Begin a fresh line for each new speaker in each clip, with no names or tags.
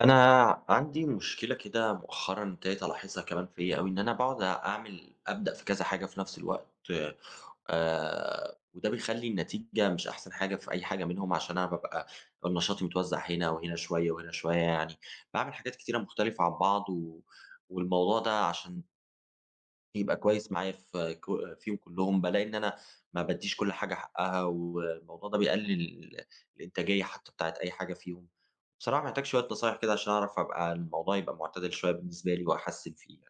أنا عندي مشكلة كده مؤخرًا ابتديت ألاحظها كمان فيّا أوي، إن أنا باقعد أعمل أبدأ في كذا حاجة في نفس الوقت. وده بيخلّي النتيجة مش أحسن حاجة في أي حاجة منهم، عشان أنا بابقى نشاطي متوزّع هنا وهنا شوية وهنا شوية، يعني باعمل حاجات كتيرة مختلفة عن بعض والموضوع ده عشان يبقى كويس معايا في فيهم كلّهم. بالاقي إن أنا ما بادّيش كل حاجة حقّها، والموضوع ده بيقلل الإنتاجية حتى بتاعة أي حاجة فيهم. بصراحة محتاج شوية نصايح كده عشان أعرف أبقى الموضوع يبقى معتدل شوية بالنسبة لي وأحسّن فيه.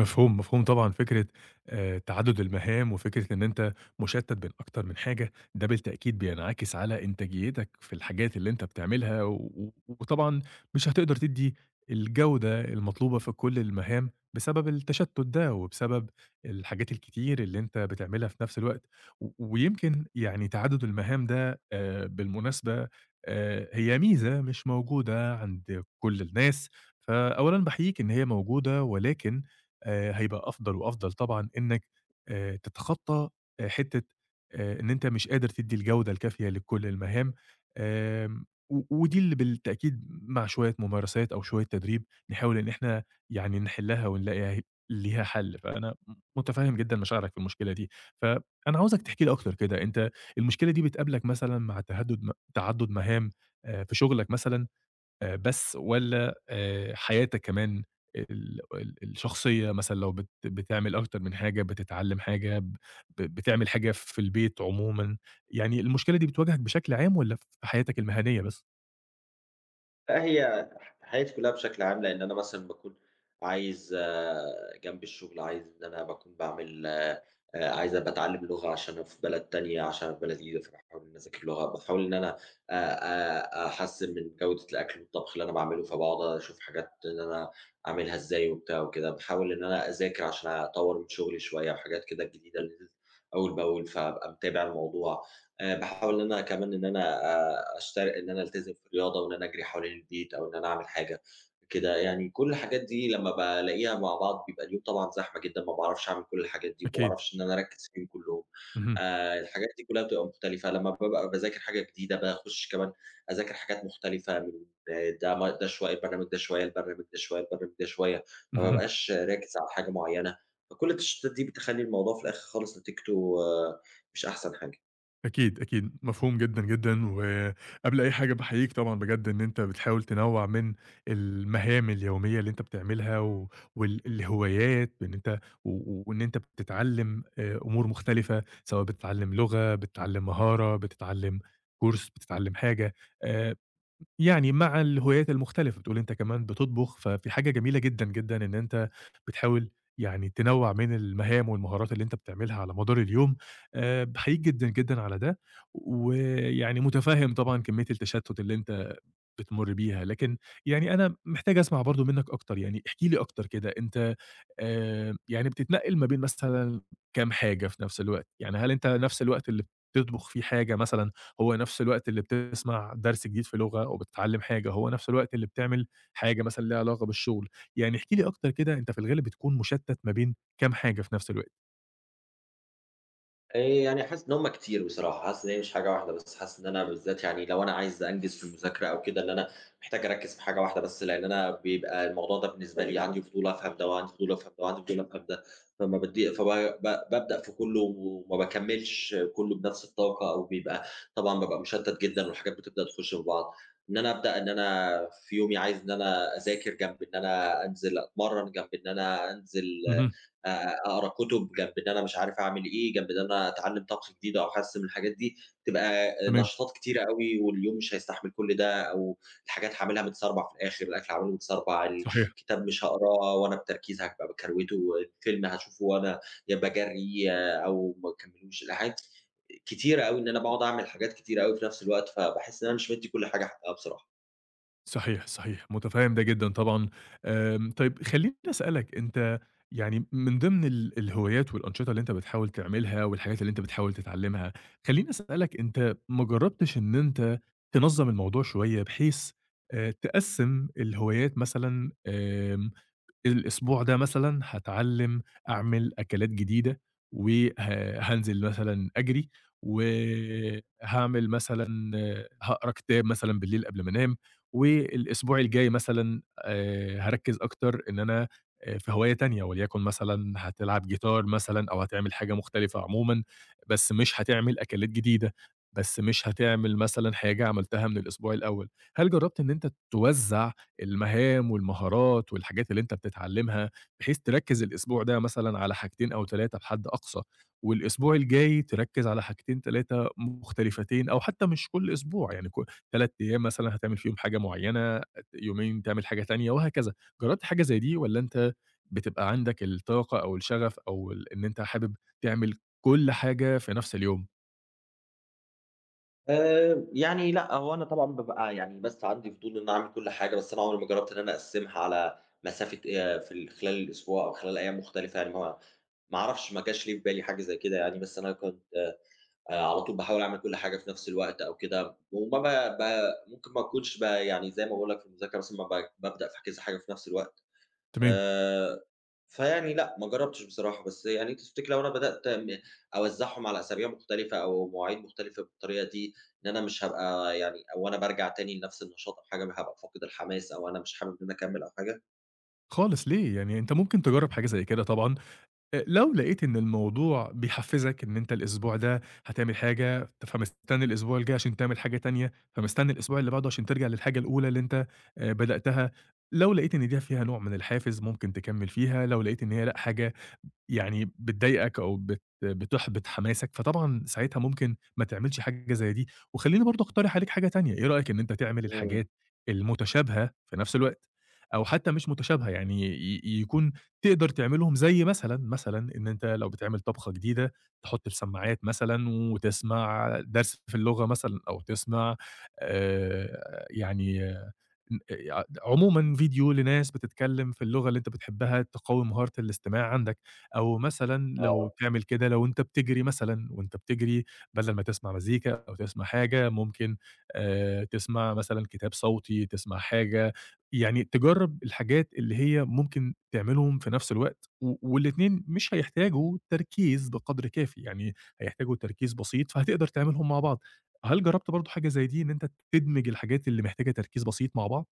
مفهوم، مفهوم طبعًا فكرة تعدُّد المهام وفكرة إن أنت مُشتَّت بين أكتر من حاجة، ده بالتأكيد بينعكس على إنتاجيتك في الحاجات اللي أنت بتعملها، و و- وطبعًا مش هتقدر تدّي الجودة المطلوبة في كل المهام بسبب التشتُّت ده، وبسبب الحاجات الكتير اللي أنت بتعملها في نفس الوقت، و ويمكن يعني تعدُّد المهام ده بالمناسبة هي ميزة مش موجودة عند كل الناس، فأولًا باحييك إن هي موجودة، ولكن هيبقى أفضل وأفضل طبعًا إنّك تتخطّى حتّة إن أنت مش قادر تدّي الجودة الكافية لكل المهام، آمم و ودي اللي بالتأكيد مع شوية ممارسات أو شوية تدريب نحاول إن إحنا يعني نحلّها ونلاقي ليها حَل، فأنا مُتفهِّم جدًا مشاعرك في المشكلة دي. فأنا عاوزك تحكي لي أكتر كده، أنت المشكلة دي بتقابلك مثلًا مع تهدُّد م تعدُّد مهام في شُغلك مثلًا بس، والّا حياتك كمان ال ال الشخصية مثلًا؟ لو بتعمل أكتر من حاجة، بتتعلّم حاجة، بتعمل حاجة في البيت عمومًا، يعني المشكلة دي بتواجهك بشكل عام والّا في حياتك المهنية بس؟
لأ، هي حياتي كلّها بشكل عام، لإن أنا مثلًا باكون عايز آه، جنب الشغل، عايز إن أنا باكون باعمل عايز أبقى أتعلّم لغة عشان أبقى في بلد تانية، عشان أبقى في بلد جديدة، فباحاول إن أنا أذاكر لغة، باحاول إن أنا آآ، أحسّن من جودة الأكل والطبخ اللي أنا باعمله، فباقعد أشوف حاجات إن أنا أعملها إزاي وبتاع وكده، باحاول إن أنا أذاكر عشان أطوّر من شغلي شوية وحاجات كده جديدة اللي نزلت أول بأول، فابقى متابع الموضوع. باحاول إن أنا كمان إن أنا أشتر إن أنا ألتزم في الرياضة وإن أنا أجري حوالين البيت أو إن أنا أعمل حاجة كده، يعني كل الحاجات دي لمّا بالاقيها مع بعض بيبقى اليوم طبعًا زحمة جدًا، ما باعرفش أعمل كل الحاجات دي، ما
أكيد.
باعرفش إن أنا أركّز فيهم كلّهم.
اهم،
الحاجات دي كلّها بتبقى مختلفة، لمّا بابقى باذاكر حاجة جديدة باخُش كمان أذاكر حاجات مختلفة من آه، ده شوية، البرنامج ده شوية، البرنامج ده شوية، البرنامج ده شوية، ما
اهم.
بابقاش راكز على حاجة معيّنة، فكل التشتتات دي بتخلّي الموضوع في الآخر خالص نتيجته آه، مش أحسن حاجة.
أكيد، أكيد، مفهوم جدًا، جدًا، وقبل أي حاجة باحييك طبعًا بجد إن أنت بتحاول تنوّع من المهام اليومية اللي أنت بتعملها وال الهوايات، إن أنت و وإن أنت بتتعلّم أمور مختلفة، سواء بتتعلّم لغة، بتتعلّم مهارة، بتتعلّم كورس، بتتعلّم حاجة آآ يعني مع الهوايات المختلفة، بتقول أنت كمان بتطبخ، فدي حاجة جميلة جدًا، جدًا إن أنت بتحاول يعني تنوّع من المهام والمهارات اللي أنت بتعملها على مدار اليوم، باحييك جدًا، جدًا على ده، ويعني متفهم طبعًا كمية التشتت اللي أنت بتمُر بيها، لكن يعني أنا محتاج أسمع برضه منّك أكتر، يعني احكِ لي أكتر كده، أنت يعني بتتنقّل ما بين مثلًا كام حاجة في نفس الوقت؟ يعني هل أنت نفس الوقت اللي بتطبخ فيه حاجة مثلًا، هو نفس الوقت اللي بتسمع درس جديد في لغة أو بتتعلّم حاجة، هو نفس الوقت اللي بتعمل حاجة مثلًا ليها علاقة بالشغل؟ يعني احكِ لي أكتر كده، أنت في الغالب بتكون مُشتّت ما بين كام حاجة في نفس الوقت؟
يعني حاسس إن هُم كتير بصراحة، حاسس إن هي مش حاجة واحدة بس، حاسس إن أنا بالذات يعني لو أنا عايز أنجز في المذاكرة أو كده، إن أنا محتاج أركّز في حاجة واحدة بس، لإن أنا بيبقى الموضوع ده بالنسبة لي عندي فضول أفهم ده، وعندي فضول أفهم ده، وعندي فضول أفهم ده، فما بدّي فب ب بابدأ في كُلّه وما باكمّلش كُلّه بنفس الطاقة، أو بيبقى طبعًا بابقى مشتّت جدًا والحاجات بتبدأ تخُش في بعض. إن أنا أبدأ إن أنا في يومي عايز إن أنا أذاكر جنب إن أنا أنزل أتمرّن، جنب إن أنا أنزل
اهم،
أقرا كُتب، جنب إن أنا مش عارف أعمل إيه، جنب إن أنا أتعلّم طبخ جديد أو أحسّن من الحاجات دي، تبقى
تمام،
نشاطات كتيرة أوي واليوم مش هيستحمل كل ده أو الحاجات هاعملها متسربع في الآخر، الأكل هاعمله متسربع،
صحيح.
الكتاب مش هاقراه وأنا بتركيز هابقى باكروِته، الفيلم هاشوفه وأنا يا باجرّي أو ما باكمّلوش، الحاجات كتيرة أوي إن أنا باقعد أعمل حاجات كتيرة أوي في نفس الوقت، فباحس إن أنا مش مدّي كل حاجة حقّها بصراحة.
صحيح، صحيح، متفهّم ده جدًا طبعًا. طيب خلّيني أسألك أنت، يعني من ضمن الهوايات والأنشطة اللي أنت بتحاول تعملها والحاجات اللي أنت بتحاول تتعلّمها، خلّيني أسألك أنت، ما جرّبتش إن أنت تنظّم الموضوع شوية، بحيث تقسّم الهوايات مثلًا؟ الأسبوع ده مثلًا هاتعلّم أعمل أكلات جديدة، وه هانزل مثلًا أجري، وهاعمل مثلًا هاقرا كتاب مثلًا بالليل قبل ما أنام، والأسبوع الجاي مثلًا هاركّز أكتر إن أنا في هواية تانية، وليكن مثلًا هتلعب جيتار مثلًا، أو هتعمل حاجة مختلفة عمومًا، بس مش هتعمل أكلات جديدة، بس مش هتعمل مثلًا حاجة عملتها من الأسبوع الأول. هل جرّبت إن أنت توزّع المهام والمهارات والحاجات اللي أنت بتتعلمها، بحيث تركّز الأسبوع ده مثلًا على حاجتين أو 3 بحد أقصى، والأسبوع الجاي تركّز على حاجتين 3 مختلفتين، أو حتى مش كل أسبوع، يعني 3 أيام مثلًا هتعمل فيهم حاجة معيّنة، يومين تعمل حاجة تانية وهكذا. جرّبت حاجة زي دي، والّا أنت بتبقى عندك الطاقة أو الشغف أو إن أنت حابب تعمل كل حاجة في نفس اليوم؟
يعني لأ، هو أنا طبعًا بابقى يعني بس عندي فضول إن أنا أعمل كل حاجة، بس أنا عمري ما جرّبت إن أنا أقسّمها على مسافة في خلال الأسبوع أو خلال أيام مختلفة يعني ما أعرفش ما جاش ليه في بالي حاجة زي كده يعني، بس أنا كنت على طول باحاول أعمل كل حاجة في نفس الوقت أو كده، وما ب ب ممكن ما أكونش يعني زي ما باقول لك في المذاكرة مثلًا ما ب بابدأ في كذا حاجة في نفس الوقت.
تمام،
آآ، فيعني لأ، ما جرّبتش بصراحة، بس يعني تفتكري لو أنا بدأت أوزّعهم على أسابيع مختلفة أو مواعيد مختلفة بالطريقة دي، إن أنا مش هابقى يعني أو أنا بارجع تاني لنفس النشاط أو حاجة هابقى فاقد الحماس أو أنا مش حابب إن أنا أكمّل أو حاجة؟
خالص ليه؟ يعني أنت ممكن تجرّب حاجة زي كده طبعًا، لو لقيت إن الموضوع بيحفّزك إن أنت الأسبوع ده هتعمل حاجة، فمستني الأسبوع الجاي عشان تعمل حاجة تانية، فمستني الأسبوع اللي بعده عشان ترجع للحاجة الأولى اللي أنت بدأتها، لو لقيت إن دي فيها نوع من الحافز ممكن تكمّل فيها، لو لقيت إن هي لأ، حاجة يعني بتضايقك أو بتحبط حماسك، فطبعًا ساعتها ممكن ما تعملش حاجة زي دي، وخلّيني برضه أقترح عليك حاجة تانية. إيه رأيك إن أنت تعمل
إمم.
الحاجات المتشابهة في نفس الوقت، أو حتى مش متشابهة، يعني يكون تقدر تعملهم؟ زي مثلًا، مثلًا إن أنت لو بتعمل طبخة جديدة تحط السماعات مثلًا وتسمع درس في اللغة مثلًا، أو تسمع يعني عمومًا فيديو لناس بتتكلم في اللغة اللي أنت بتحبها تقوي مهارة الاستماع عندك. أو مثلًا لو
آه،
تعمل كده، لو أنت بتجري مثلًا، وأنت بتجري بدل ما تسمع مزيكا أو تسمع حاجة ممكن تسمع مثلًا كتاب صوتي، تسمع حاجة، يعني تجرّب الحاجات اللي هي ممكن تعملهم في نفس الوقت، و والاتنين مش هيحتاجوا تركيز بقدر كافي، يعني هيحتاجوا تركيز بسيط فهتقدر تعملهم مع بعض. هل جرّبت برضه حاجة زي دي إن أنت تدمج الحاجات اللي محتاجة تركيز بسيط مع بعض؟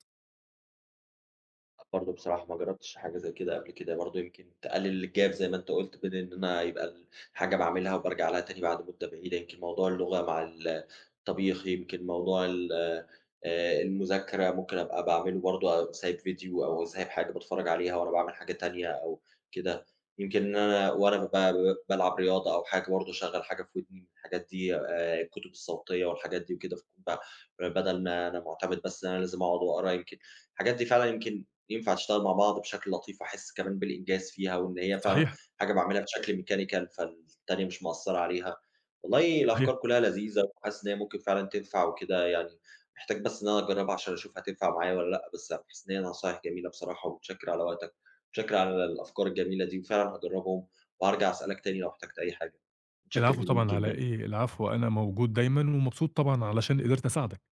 برضه بصراحة ما جرّبتش حاجة زي كده قبل كده، برضه يمكن تقلل الgap زي ما أنت قُلت بين إن أنا يبقى الحاجة باعملها وبارجع لها تاني بعد مدة بعيدة، يمكن موضوع اللغة مع الطبيخ، يمكن موضوع ال المذاكرة ممكن أبقى باعمله برضه سايب فيديو أو سايب حاجة باتفرّج عليها وأنا باعمل حاجة تانية أو كده. يمكن إن أنا وأنا ب ب بالعب رياضة أو حاجة برضه أشغّل حاجة في ودني من الحاجات دي الكتب الصوتية والحاجات دي وكده، فاكون بدل ما أنا معتمد بس إن أنا لازم أقعد وأقرا يمكن الحاجات دي فعلًا يمكن ينفع تشتغل مع بعض بشكل لطيف وأحس كمان بالإنجاز فيها وإن هي فعلًا
صحيح،
حاجة باعملها بشكل mechanical فالتانية مش مأثّرة عليها. والله
صحيح.
الأفكار كلّها لذيذة، وحاسس إن هي ممكن فعلًا تنفع وكده يعني، محتاج بس إن أنا أجرّبها عشان أشوف هتنفع معايا والّا لأ، بس باحس إن هي نصايح جميلة بصراحة، ومتشكر على وقتك، متشكر على الأفكار الجميلة دي، وفعلًا هاجرّبهم، وهارجع أسألك تاني لو احتجت أي حاجة، متشكر
العفو
جديد
طبعًا، على
جدًا.
إيه، العفو، أنا موجود دايمًا، ومبسوط طبعًا علشان قدرت أساعدك.